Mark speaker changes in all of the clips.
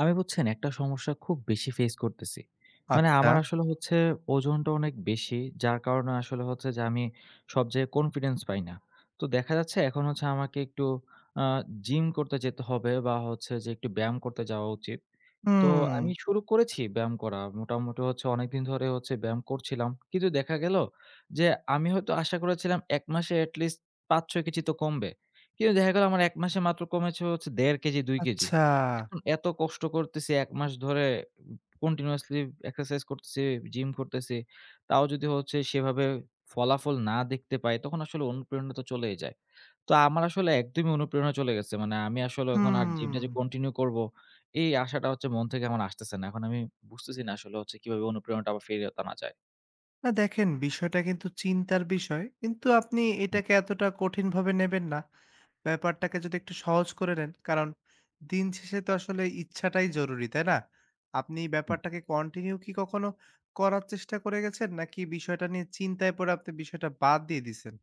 Speaker 1: আমি বুঝছেন একটা সমস্যা খুব বেশি ফেস করতেছি।
Speaker 2: আচ্ছা।
Speaker 1: আমার আসলে হচ্ছে ওজনটা অনেক বেশি। যার কারণে আসলে হচ্ছে যে আমি সব জায়গায় কনফিডেন্স পাই না। তো দেখা যাচ্ছে এখন হচ্ছে আমাকে একটু আ জিম করতে যেতে হবে বা হচ্ছে যে একটু ব্যায়াম করতে যাওয়া উচিত। তো
Speaker 2: হুম,
Speaker 1: আমি শুরু করেছি ব্যায়াম করা। মোটামুটি হচ্ছে অনেকদিন ধরে হচ্ছে ব্যায়াম করছিলাম। কিন্তু দেখা গেল যে আমি হয়তো আশা করেছিলাম ১ মাসে এট লিস্ট ৫-৬ কেজি তো কমবে। কিন্তু দেখা গেল আমার ১ মাসে মাত্র কমেছে হচ্ছে ১.৫ কেজি, ২ কেজি।
Speaker 2: আচ্ছা।
Speaker 1: এখন এত কষ্ট করতেছি ১ মাস ধরে কন্টিনিউয়াসলি এক্সারসাইজ করতেছি, জিম করতেছি। তাও যদি হচ্ছে সেভাবে ফলাফল না দেখতে পাই, তখন আসলে অনুপ্রেরণা তো চলেই যায়। তো আমার আসলে একদমই অনুপ্রেরণা চলে গেছে। আমি আসলে এখন আর
Speaker 2: হুম।
Speaker 1: জিমটা যে কন্টিনিউ করব, এই আশাটা হচ্ছে মন থেকে আমার আসতেছে না। এখন আমি বুঝতেছি না আসলে হচ্ছে কিভাবে অনুপ্রেরণাটা আবার ফিরিয়ে আনা যায়।
Speaker 2: না দেখেন বিষয়টা কিন্তু চিন্তার বিষয়। কিন্তু আপনি
Speaker 1: হুম,
Speaker 2: এটাকে এতটা কঠিনভাবে নেবেন না। ব্যাপারটাকে যদি একটু সহজ করে নেন। কারণ দিন শেষে তো আসলে ইচ্ছাটাই জরুরি, তাই না? আপনি
Speaker 1: হুম।
Speaker 2: ব্যাপারটাকে কন্টিনিউ কি কখনো করার চেষ্টা করে গেছেন? নাকি বিষয়টা নিয়ে চিন্তায় পড়ে আপনি বিষয়টা বাদ দিয়ে দিছেন?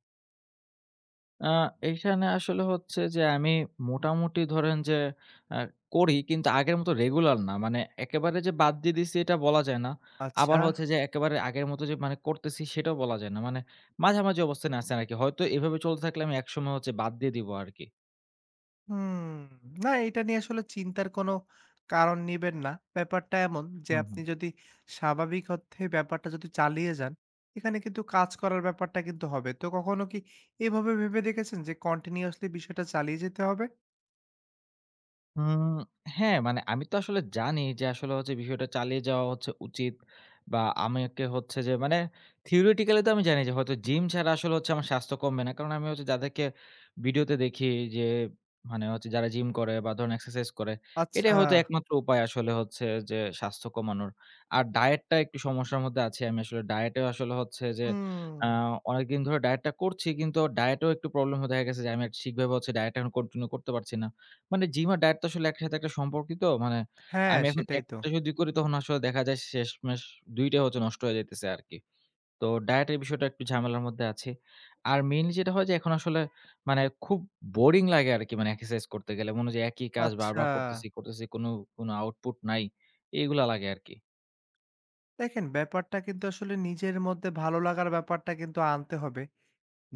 Speaker 1: আ এখানে আসলে হচ্ছে যে আমি মোটামুটি ধরেন যে আ করি কিন্তু আগের মতো রেগুলার না। মানে একেবারে যে বাদ দিয়ে দিছি এটা বলা যায় না। আবার
Speaker 2: আচ্ছা।
Speaker 1: হচ্ছে যে একেবারে আগের মতো যে মানে করতেছি সেটাও বলা যায় না। মানে মাঝামাঝি অবস্থানে আছি আরকি। হয়তো এভাবে চলতে থাকলে আমি একসময় হচ্ছে বাদ দিয়ে দিবো আরকি।
Speaker 2: হুম। না এটা নিয়ে আসলে চিন্তার কোনো কারণ নিবেন না। ব্যাপারটা এমন যে
Speaker 1: হুম,
Speaker 2: আপনি
Speaker 1: হুম।
Speaker 2: যদি স্বাভাবিক অর্থে ব্যাপারটা যদি চালিয়ে যান, এখানে কিন্তু কাজ করার ব্যাপারটা কিন্তু হবে। তো কখনো কি এভাবে ভেবে দেখেছেন যে কন্টিনিউয়াসলি বিষয়টা চালিয়ে যেতে হবে?
Speaker 1: হুম, হ্যাঁ, মানে আমি তো আসলে জানি যে আসলে হচ্ছে বিষয়টা চালিয়ে যাওয়া হচ্ছে উচিত বা আমাকে হচ্ছে যে মানে theoretically তো আমি জানি যে হয়তো জিম ছাড়া আসলে হচ্ছে আমার স্বাস্থ্য কমবে না। কারণ আমি হচ্ছে যাদেরকে ভিডিওতে দেখি যে মানে হচ্ছে যারা জিম করে বা ধরুন এক্সারসাইজ করে,
Speaker 2: আচ্ছা।
Speaker 1: এটাই হয়তো একমাত্র উপায় আসলে হচ্ছে যে স্বাস্থ্য কমানোর। আর ডায়েটটা একটু সমস্যার মধ্যে আছি। আমি আসলে ডায়েটেও আসলে হচ্ছে যে
Speaker 2: হুম।
Speaker 1: আ অনেকদিন ধরে ডায়েটটা করছি কিন্তু ডায়েটেও একটু প্রবলেম দেখা গেছে যে আমি আর ঠিকভাবে হচ্ছে ডায়েটটা এখন কন্টিনিউ করতে পারছি না। মানে জিম আর ডায়েট তো আসলে একসাথে একটা সম্পর্কিত। মানে
Speaker 2: হ্যাঁ,
Speaker 1: আমি এখন
Speaker 2: সেটাই তো।
Speaker 1: একটা যদি করি তখন আসলে দেখা যায় শেষমেষ ২ টাই হচ্ছে নষ্ট হয়ে যাইতেছে আরকি। তো ডায়েটের বিষয়টা একটু ঝামেলার মধ্যে আছি। আর মেইনলি যেটা হয় যে এখন আসলে মানে খুব বোরিং লাগে আরকি মানে এক্সারসাইজ করতে গেলে। মনে হয় যে একই কাজ
Speaker 2: আচ্ছা।
Speaker 1: বারবার করতেছি। কোনো আউটপুট নাই। এগুলা লাগে আরকি।
Speaker 2: দেখেন ব্যাপারটা কিন্তু আসলে নিজের মধ্যে ভালো লাগার ব্যাপারটা কিন্তু আনতে হবে।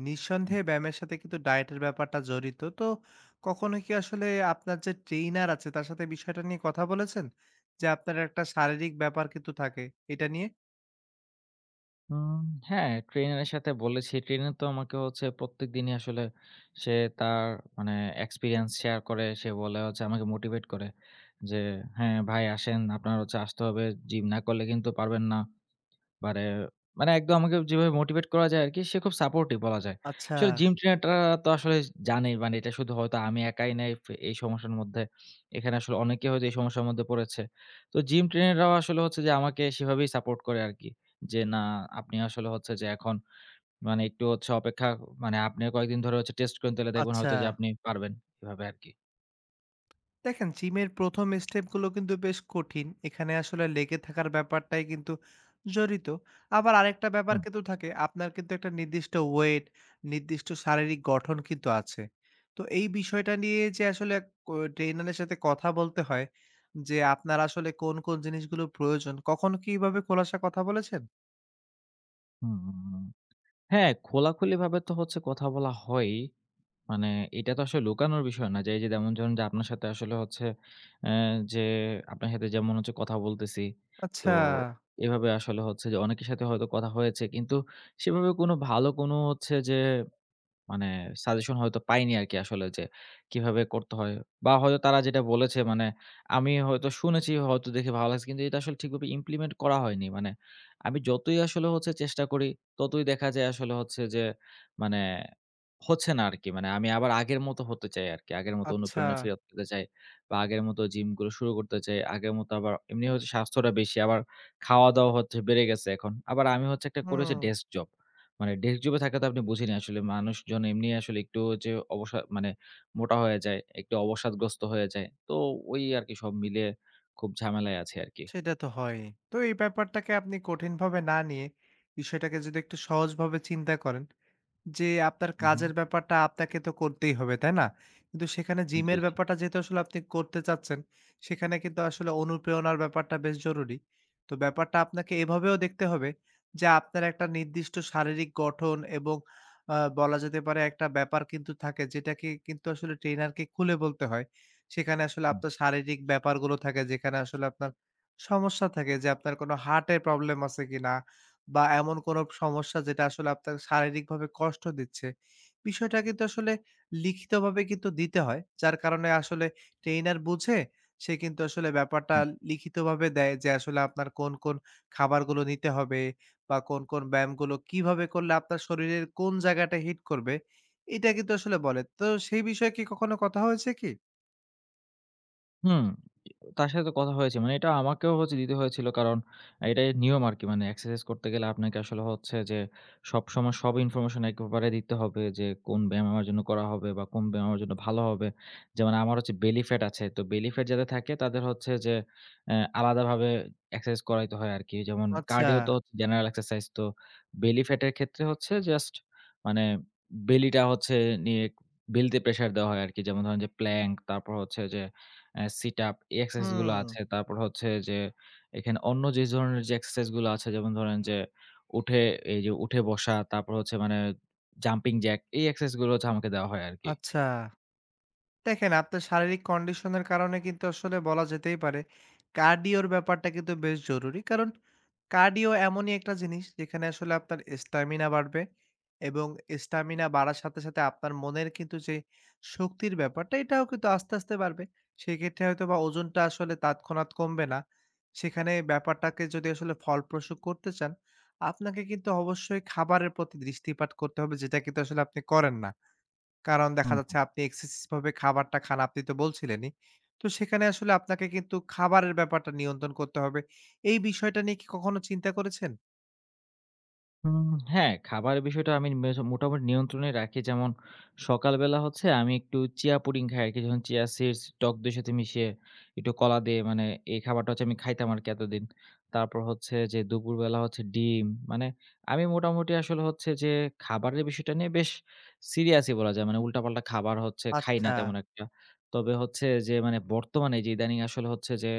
Speaker 2: নিঃসন্দেহে ব্যায়ামের সাথে কিন্তু ডায়েটের ব্যাপারটা জড়িত। তো কখনো কি আসলে আপনার যে ট্রেইনার আছে তার সাথে বিষয়টা নিয়ে কথা বলেছেন? যে আপনার একটা শারীরিক ব্যাপার কিন্তু থাকে, এটা নিয়ে?
Speaker 1: উম হ্যাঁ, ট্রেনারের সাথে বলেছি। ট্রেনার তো আমাকে হচ্ছে প্রত্যেকদিনই আসলে সে তার মানে এক্সপেরিয়েন্স শেয়ার করে। সে বলে হচ্ছে আমাকে মোটিভেট করে যে, "হ্যাঁ, ভাই আসেন, আপনার হচ্ছে আসতে হবে। জিম না করলে কিন্তু পারবেন না।" মানে, মানে একদম আমাকে যেভাবে মোটিভেট করা যায় আরকি, সে খুব সাপোর্টিভ বলা যায়।
Speaker 2: আচ্ছা,
Speaker 1: আসলে জিম ট্রেনাররা তো আসলে জানেই মানে এটা শুধু হয়তো আমি একাই নাই এই সমস্যার মধ্যে। এখানে আসলে অনেকে হয়তো এই সমস্যার মধ্যে পড়েছে। তো জিম ট্রেনাররাও আসলে হচ্ছে যে আমাকে সেভাবেই সাপোর্ট করে আরকি। যে না আপনি আসলে হচ্ছে যে এখন মানে একটু হচ্ছে অপেক্ষা মানে আপনিও কয়েকদিন ধরে হচ্ছে টেস্ট করেন তাহলে দেখবেন
Speaker 2: আচ্ছা।
Speaker 1: হয়তো যে আপনি পারবেন। এভাবে আরকি।
Speaker 2: দেখেন জিমের প্রথম স্টেপগুলো কিন্তু বেশ কঠিন। এখানে আসলে লেগে থাকার ব্যাপারটাই কিন্তু জড়িত। আবার আরেকটা ব্যাপার
Speaker 1: হুম,
Speaker 2: কিন্তু থাকে, আপনার কিন্তু একটা নির্দিষ্ট ওয়েট, নির্দিষ্ট শারীরিক গঠন কিন্তু আছে। তো এই বিষয়টা নিয়ে যে আসলে ট্রেনারের সাথে কথা বলতে হয় যে আপনার আসলে কোন কোন জিনিসগুলো প্রয়োজন, কখন কিভাবে, খোলাসা কথা বলেছেন?
Speaker 1: হুম, হুম, হুম। হ্যাঁ, খোলাখুলিভাবে তো হচ্ছে কথা বলা হয়ই। মানে এটা তো আসলে লুকানোর বিষয় না যে, এই যে যেমন ধরুন যে আপনার সাথে আসলে হচ্ছে অ্যা যে আপনার সাথে যেমন হচ্ছে কথা বলতেছি। তো
Speaker 2: আচ্ছা।
Speaker 1: এভাবে আসলে হচ্ছে যে অনেকের সাথে হয়তো কথা হয়েছে। কিন্তু সেভাবে কোনো ভালো কোনো হচ্ছে যে মানে সাজেশন হয়তো পাইনি আরকি আসলে যে কিভাবে করতে হয়। বা হয়তো তারা যেটা বলেছে মানে আমি হয়তো শুনেছি, হয়তো দেখে ভালো লাগছে। কিন্তু এটা আসলে ঠিকভাবে ইমপ্লিমেন্ট করা হয়নি। মানে আমি যতই আসলে হচ্ছে চেষ্টা করি, ততই দেখা যায় আসলে হচ্ছে যে মানে হচ্ছে না আরকি। মানে আমি আবার আগের মতো হতে চাই আরকি। আগের মতো
Speaker 2: আচ্ছা।
Speaker 1: অনুপ্রেরণা ফেরত পেতে চাই বা আগের মতো জিমগুলো শুরু করতে চাই। আগের মতো আবার এমনি হচ্ছে স্বাস্থ্যটা বেশি। আবার খাওয়া-দাওয়া হচ্ছে বেড়ে গেছে এখন। আবার আমি হচ্ছে একটা করি
Speaker 2: হুম।
Speaker 1: হচ্ছে ডেস্ক জব। মানে ডেস্ক জবে থাকলে তো আপনি বুঝেনি আসলে মানুষজন এমনি আসলে একটু যে মানে মোটা হয়ে যায়, একটু অবসাদগ্রস্ত হয়ে যায়। তো ওই আরকি সব মিলিয়ে খুব ঝামেলায় আছি আরকি।
Speaker 2: সেটা তো হয়। তো এই ব্যাপারটাকে আপনি কঠিনভাবে না নিয়ে বিষয়টাকে যদি একটু সহজভাবে চিন্তা করেন যে আপনার
Speaker 1: হুম, হুম।
Speaker 2: কাজের ব্যাপারটা আপনাকে তো করতেই হবে, তাই না? কিন্তু সেখানে
Speaker 1: জি,
Speaker 2: জিমের
Speaker 1: জি।
Speaker 2: ব্যাপারটা যেহেতু আসলে আপনি করতে চাচ্ছেন, সেখানে কিন্তু আসলে অনুপ্রেরণার ব্যাপারটা বেশ জরুরি। তো ব্যাপারটা আপনাকে এভাবেও দেখতে হবে যে আপনার একটা নির্দিষ্ট শারীরিক গঠন এবং বলা যেতে পারে একটা ব্যাপার কিন্তু থাকে, যেটাকে কিন্তু আসলে ট্রেইনারকে খুলে বলতে হয়। সেখানে আসলে
Speaker 1: হুম,
Speaker 2: আপনার শারীরিক ব্যাপারগুলো থাকে, যেখানে আসলে আপনার সমস্যা থাকে যে আপনার কোনো হার্টের প্রবলেম আছে কিনা বা এমন কোনো সমস্যা যেটা আসলে আপনাকে শারীরিকভাবে কষ্ট দিচ্ছে। বিষয়টা কিন্তু আসলে লিখিতভাবে কিন্তু দিতে হয়। যার কারণে আসলে ট্রেইনার বুঝে, সে কিন্তু আসলে ব্যাপারটা
Speaker 1: হুম।
Speaker 2: লিখিতভাবে দেয় যে আসলে আপনার কোন, কোন খাবারগুলো নিতে হবে বা কোন, কোন ব্যায়ামগুলো কিভাবে করলে আপনার শরীরের কোন জায়গাটা হিট করবে, এটা কিন্তু আসলে বলে। তো সেই বিষয়ে কি কখনো কথা হয়েছে কি?
Speaker 1: হুম। তার সাথে তো কথা হয়েছে। মানে এটা আমাকেও হচ্ছে দিতে হয়েছিল কারণ এটাই নিয়ম আরকি। মানে এক্সারসাইজ করতে গেলে আপনাকে আসলে হচ্ছে যে সবসময় সব ইনফরমেশন একেবারে দিতে হবে যে কোন ব্যায়াম আমার জন্য করা হবে বা কোন ব্যায়াম আমার জন্য ভালো হবে। যেমন আমার হচ্ছে বেলি ফ্যাট আছে। তো বেলি ফ্যাট যাদের থাকে তাদের হচ্ছে যে আলাদাভাবে এক্সারসাইজ করাইতে হয় আরকি। যেমন
Speaker 2: আচ্ছা।
Speaker 1: কার্ডিও তো হচ্ছে জেনারেল এক্সারসাইজ। তো বেলি ফ্যাটের ক্ষেত্রে হচ্ছে জাস্ট মানে বেলিটা হচ্ছে নিয়ে বেলিতে প্রেশার দেওয়া হয় আরকি। যেমন ধরেন যে প্ল্যাংক তারপর হচ্ছে যে সিট আপ এই এক্সারসাইজ গুলো
Speaker 2: হুম।
Speaker 1: আছে। তারপর হচ্ছে যে এখানে অন্য যে ধরনের যে এক্সারসাইজ গুলো আছে যেমন ধরেন যে উঠে এই যে উঠে বসা, তারপর হচ্ছে মানে জাম্পিং জ্যাক এই এক্সারসাইজ গুলো হচ্ছে আমাকে দেওয়া হয় আরকি।
Speaker 2: আচ্ছা। দেখেন আপনার শারীরিক কন্ডিশনের কারণে কিন্তু আসলে বলা যেতেই পারে কার্ডিওর ব্যাপারটা কিন্তু বেশ জরুরি। কারণ কার্ডিও এমনই একটা জিনিস যেখানে আসলে আপনার স্ট্যামিনা বাড়বে এবং স্ট্যামিনা বাড়ার সাথে সাথে আপনার মনের কিন্তু যে শক্তির ব্যাপারটা, এটাও কিন্তু আস্তে আস্তে বাড়বে। সেক্ষেত্রে হয়তো বা ওজনটা আসলে তৎক্ষণাৎ কমবে না। সেখানে ব্যাপারটাকে যদি আসলে ফলপ্রসূ করতে চান, আপনাকে কিন্তু অবশ্যই খাবারের প্রতি দৃষ্টিপাত করতে হবে, যেটা কিন্তু আসলে আপনি করেন না। কারণ দেখা যাচ্ছে আপনি এক্সেসিভ ভাবে খাবারটা খান, আপনি তো বলছিলেনই। তো সেখানে আসলে আপনাকে কিন্তু খাবারের ব্যাপারটা নিয়ন্ত্রণ করতে হবে। এই বিষয়টা নিয়ে কি কখনো চিন্তা করেছেন?
Speaker 1: হুম, হ্যাঁ, খাবারের বিষয়টা আমি মোটামুটি নিয়ন্ত্রণে রাখি। যেমন সকালবেলা হচ্ছে আমি একটু চিয়া পুডিং খাই আরকি। যখন চিয়া সিডস টক দইয়ের সাথে মিশিয়ে একটু কলা দিয়ে মানে এই খাবারটা হচ্ছে আমি খাইতাম আরকি এতদিন। তারপর হচ্ছে যে দুপুরবেলা হচ্ছে ডিম। মানে আমি মোটামুটি আসলে হচ্ছে যে খাবারের বিষয়টা নিয়ে বেশ সিরিয়াসই বলা যায়। মানে উল্টাপাল্টা খাবার হচ্ছে খাই না
Speaker 2: আচ্ছা।
Speaker 1: তেমন একটা। তবে হচ্ছে যে মানে বর্তমানে যে ইদানিং আসলে হচ্ছে যে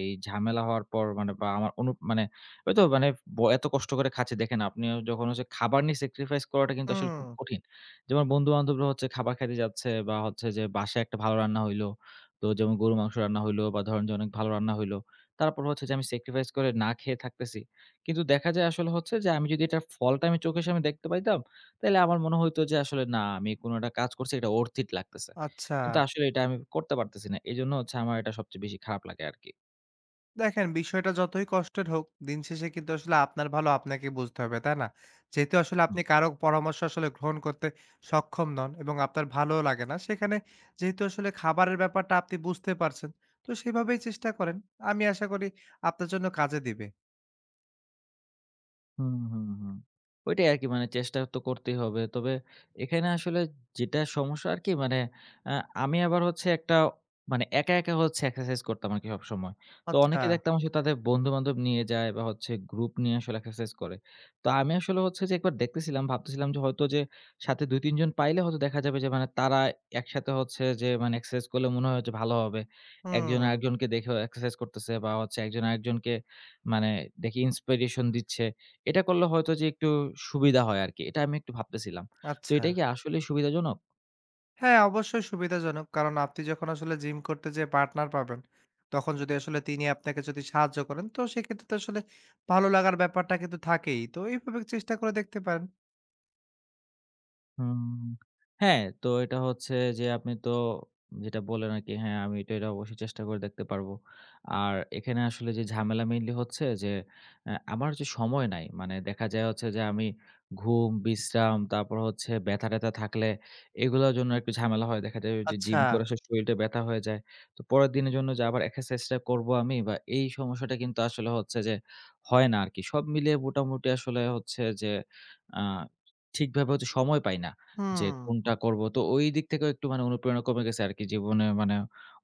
Speaker 1: এই ঝামেলা হওয়ার পর মানে বা আমার মানে হয়তো মানে এত কষ্ট করে খাচ্ছি। দেখেন আপনিও যখন হচ্ছে খাবার নিয়ে স্যাক্রিফাইস করাটা কিন্তু আসলে
Speaker 2: হুম,
Speaker 1: খুব কঠিন। যেমন বন্ধু-বান্ধবরা হচ্ছে খাবার খাইতে যাচ্ছে বা হচ্ছে যে বাসায় একটা ভালো রান্না হইলো। তো যেমন গরুর মাংস রান্না হইলো বা ধরেন যে অনেক ভালো রান্না হইলো। তারপর হচ্ছে যে আমি স্যাক্রিফাইস করে না খেয়ে থাকতেছি। কিন্তু দেখা যায় আসলে হচ্ছে যে আমি যদি এটার ফলটা আমি চোখের সামনে দেখতে পাইতাম, তাইলে আমার মনে হইতো যে আসলে না আমি কোনো একটা কাজ করছি এটা worth it লাগতেছে।
Speaker 2: আচ্ছা।
Speaker 1: কিন্তু আসলে এটা আমি করতে পারতেছি না। এজন্য হচ্ছে আমার এটা সবচেয়ে বেশি খারাপ লাগে আরকি।
Speaker 2: দেখেন বিষয়টা যতই কষ্টের হোক, দিন শেষে কিন্তু আসলে আপনার ভালো আপনাকে বুঝতে হবে, তাই না? যেহেতু আসলে আপনি কারো পরামর্শ আসলে গ্রহণ করতে সক্ষম নন এবং আপনার ভালোও লাগে না, সেখানে যেহেতু আসলে খাবারের ব্যাপারটা আপনি বুঝতে পারছেন, তো সেভাবেই চেষ্টা করেন। আমি আশা করি আপনার জন্য কাজে দিবে।
Speaker 1: হুম, হুম, হুম। ওইটাই আরকি মানে চেষ্টা তো করতেই হবে। তবে এখানে আসলে যেটা সমস্যা আরকি মানে আ আমি আবার হচ্ছে একটা মানে একা হচ্ছে এক্সারসাইজ করতাম আরকি সবসময়। তো
Speaker 2: আচ্ছা।
Speaker 1: অনেকে দেখতাম আসলে তাদের বন্ধু-বান্ধব নিয়ে যায় বা হচ্ছে গ্রুপ নিয়ে আসলে এক্সারসাইজ করে। তো আমি আসলে হচ্ছে যে একবার দেখতেছিলাম, ভাবতেছিলাম যে হয়তো যে সাথে ২-৩ জন পাইলে হয়তো দেখা যাবে যে মানে তারা একসাথে হচ্ছে যে মানে এক্সারসাইজ করলে মনে হয় যে ভালো হবে। একজন
Speaker 2: হুম,
Speaker 1: আরেকজনকে দেখেও এক্সারসাইজ করতেছে বা হচ্ছে একজন আরেকজনকে মানে দেখি ইন্সপিরেশন দিচ্ছে। এটা করলে হয়তো যে একটু সুবিধা হয় আরকি। এটা আমি একটু ভাবতেছিলাম। তো
Speaker 2: আচ্ছা।
Speaker 1: এটা কি আসলেই সুবিধাজনক?
Speaker 2: হ্যাঁ, অবশ্যই সুবিধাজনক। কারণ আপনি যখন আসলে জিম করতে যেয়ে পার্টনার পাবেন, তখন যদি আসলে তিনি আপনাকে যদি সাহায্য করেন, তো সেক্ষেত্রে তো আসলে ভালো লাগার ব্যাপারটা কিন্তু থাকেই। তো এইভাবে চেষ্টা করে দেখতে পারেন।
Speaker 1: হুম, হ্যাঁ, তো এটা হচ্ছে যে আপনি তো যেটা বললেন আরকি, হ্যাঁ, আমি তো এটা অবশ্যই চেষ্টা করে দেখতে পারবো। আর এখানে আসলে যে ঝামেলা মেইনলি হচ্ছে যে আমার যে সময় নাই। মানে দেখা যায় হচ্ছে যে আমি ঘুম, বিশ্রাম তারপর হচ্ছে ব্যথা-ট্যাথা থাকলে এগুলোর জন্য একটু ঝামেলা হয়। দেখা যায় যে
Speaker 2: আচ্ছা,
Speaker 1: জিম করে আসলে শরীরটা ব্যথা হয়ে যায়। তো পরের দিনের জন্য যে আবার এক্সারসাইজটা করবো আমি বা এই সমস্যাটা কিন্তু আসলে হচ্ছে যে হয় না আরকি। সব মিলিয়ে মোটামুটি আসলে হচ্ছে যে আ ঠিকভাবে হচ্ছে সময় পাই না। যে
Speaker 2: হুম,
Speaker 1: কোনটা করব। তো ওই দিক থেকেও একটু মানে অনুপ্রেরণা কমে গেছে আরকি জীবনে মানে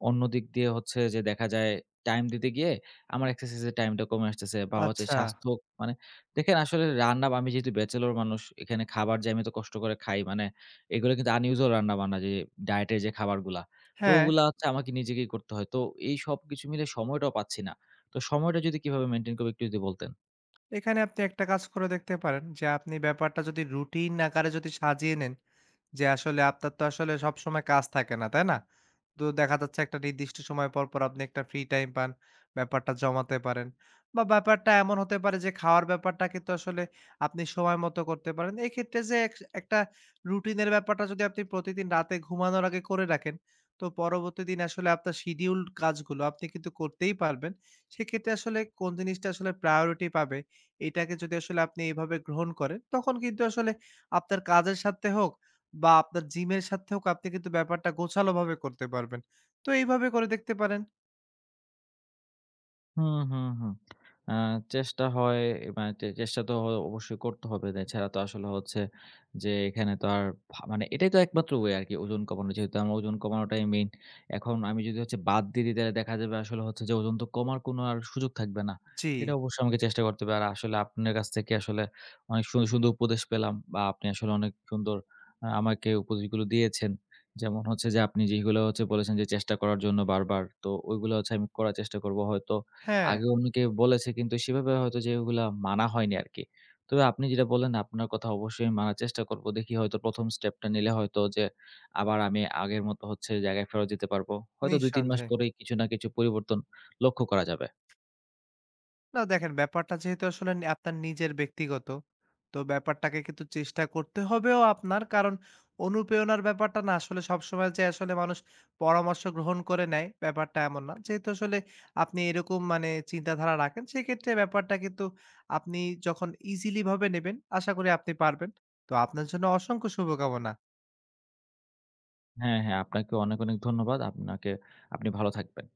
Speaker 1: অন্য দিক দিয়ে হচ্ছে যে দেখা যায় টাইম দিতে গিয়ে আমার এক্সারসাইজ এর টাইমটা কমে আসতেছে বা হচ্ছে
Speaker 2: আচ্ছা।
Speaker 1: স্বাস্থ্য মানে দেখেন আসলে রান্না বা- আমি যেহেতু ব্যাচেলর মানুষ এখানে খাবার যে আমি এত কষ্ট করে খাই মানে এগুলো কিন্তু আনইউজুয়াল রান্না-বান্না যে ডায়েটের যে খাবারগুলা। তো
Speaker 2: হ্যাঁ,
Speaker 1: ওগুলা হচ্ছে আমাকে নিজেকেই করতে হয়। তো এই সবকিছু মিলে সময়টাও পাচ্ছি না। তো সময়টা যদি কিভাবে মেইনটেইন করব একটু যদি বলতেন?
Speaker 2: এখানে আপনি একটা কাজ করে দেখতে পারেন যে, আপনি ব্যাপারটা যদি রুটিন আকারে যদি সাজিয়ে নেন যে আসলে আপনার তো আসলে সবসময় কাজ থাকে না, তাই না? তো দেখা যাচ্ছে একটা নির্দিষ্ট সময় পর, পর আপনি একটা ফ্রি টাইম পান। ব্যাপারটা জমাতে পারেন। বা ব্যাপারটা এমন হতে পারে যে খাওয়ার ব্যাপারটা কিন্তু আসলে আপনি সময় মতো করতে পারেন। এক্ষেত্রে যে একটা রুটিনের ব্যাপারটা যদি আপনি প্রতিদিন রাতে ঘুমানোর আগে করে রাখেন, তো পরবর্তী দিন আসলে আপনার শিডিউলড কাজগুলো আপনি কিন্তু করতেই পারবেন। সেক্ষেত্রে আসলে কোন জিনিসটা আসলে প্রায়োরিটি পাবে, এটাকে যদি আসলে আপনি এভাবে গ্রহণ করেন, তখন কিন্তু আসলে আপনার কাজের সাথে হোক বা আপনার জিমের সাথেও আপনি কিন্তু ব্যাপারটা গোছালোভাবে করতে পারবেন। তো এইভাবে করে দেখতে পারেন।
Speaker 1: হুম, হুম, হুম। আ চেষ্টা হয় মানে চেষ্টা তো অবশ্যই করতে হবে। এছাড়া তো আসলে হচ্ছে যে এখানে তো আর মানে এটাই তো একমাত্র ওয়ে আরকি ওজন কমানো। যেহেতু আমার ওজন কমানোটাই মেইন। এখন আমি যদি হচ্ছে বাদ দিয়ে দিই তাহলে দেখা যাবে আসলে হচ্ছে যে ওজন তো কমার কোনো আর সুযোগ থাকবে না।
Speaker 2: জি,
Speaker 1: এটা অবশ্যই আমাকে চেষ্টা করতে হবে। আর আসলে আপনার কাছ থেকে আসলে অনেক সুন্দর উপদেশ পেলাম বা আপনি আসলে অনেক সুন্দর আমাকে উপদেশগুলো দিয়েছেন। যেমন হচ্ছে যে আপনি যেগুলো হচ্ছে বলেছেন যে চেষ্টা করার জন্য বারবার। তো ওইগুলো হচ্ছে আমি করার চেষ্টা করব। হয়তো
Speaker 2: হ্যাঁ,
Speaker 1: আগে অনেকে বলেছে কিন্তু সেভাবে হয়তো যে ওগুলা মানা হয়নি আরকি। তবে আপনি যেটা বললেন আপনার কথা অবশ্যই আমি মানার চেষ্টা করব। দেখি হয়তো ১ম স্টেপটা নিলে হয়তো যে আবার আমি আগের মতো হচ্ছে জায়গায় ফেরত যেতে পারবো। হয়তো ২-৩ মাস
Speaker 2: নিঃসন্দেহে।
Speaker 1: পরেই কিছু না কিছু পরিবর্তন লক্ষ্য করা যাবে।
Speaker 2: না দেখেন ব্যাপারটা যেহেতু আসলে আপনার নিজের ব্যক্তিগত, তো ব্যাপারটাকে কিন্তু চেষ্টা করতে হবেও আপনার। কারণ অনুপ্রেরণার ব্যাপারটা না আসলে সবসময় যে আসলে মানুষ পরামর্শ গ্রহণ করে নেয়, ব্যাপারটা এমন না। যেহেতু আসলে আপনি এরকম মানে চিন্তাধারা রাখেন, সেক্ষেত্রে ব্যাপারটা কিন্তু আপনি যখন ইজিলি ভাবে নেবেন, আশা করি আপনি পারবেন। তো আপনার জন্য অসংখ্য শুভকামনা।
Speaker 1: হ্যাঁ, হ্যাঁ আপনাকে অনেক ধন্যবাদ। আপনাকে আপনি ভালো থাকবেন।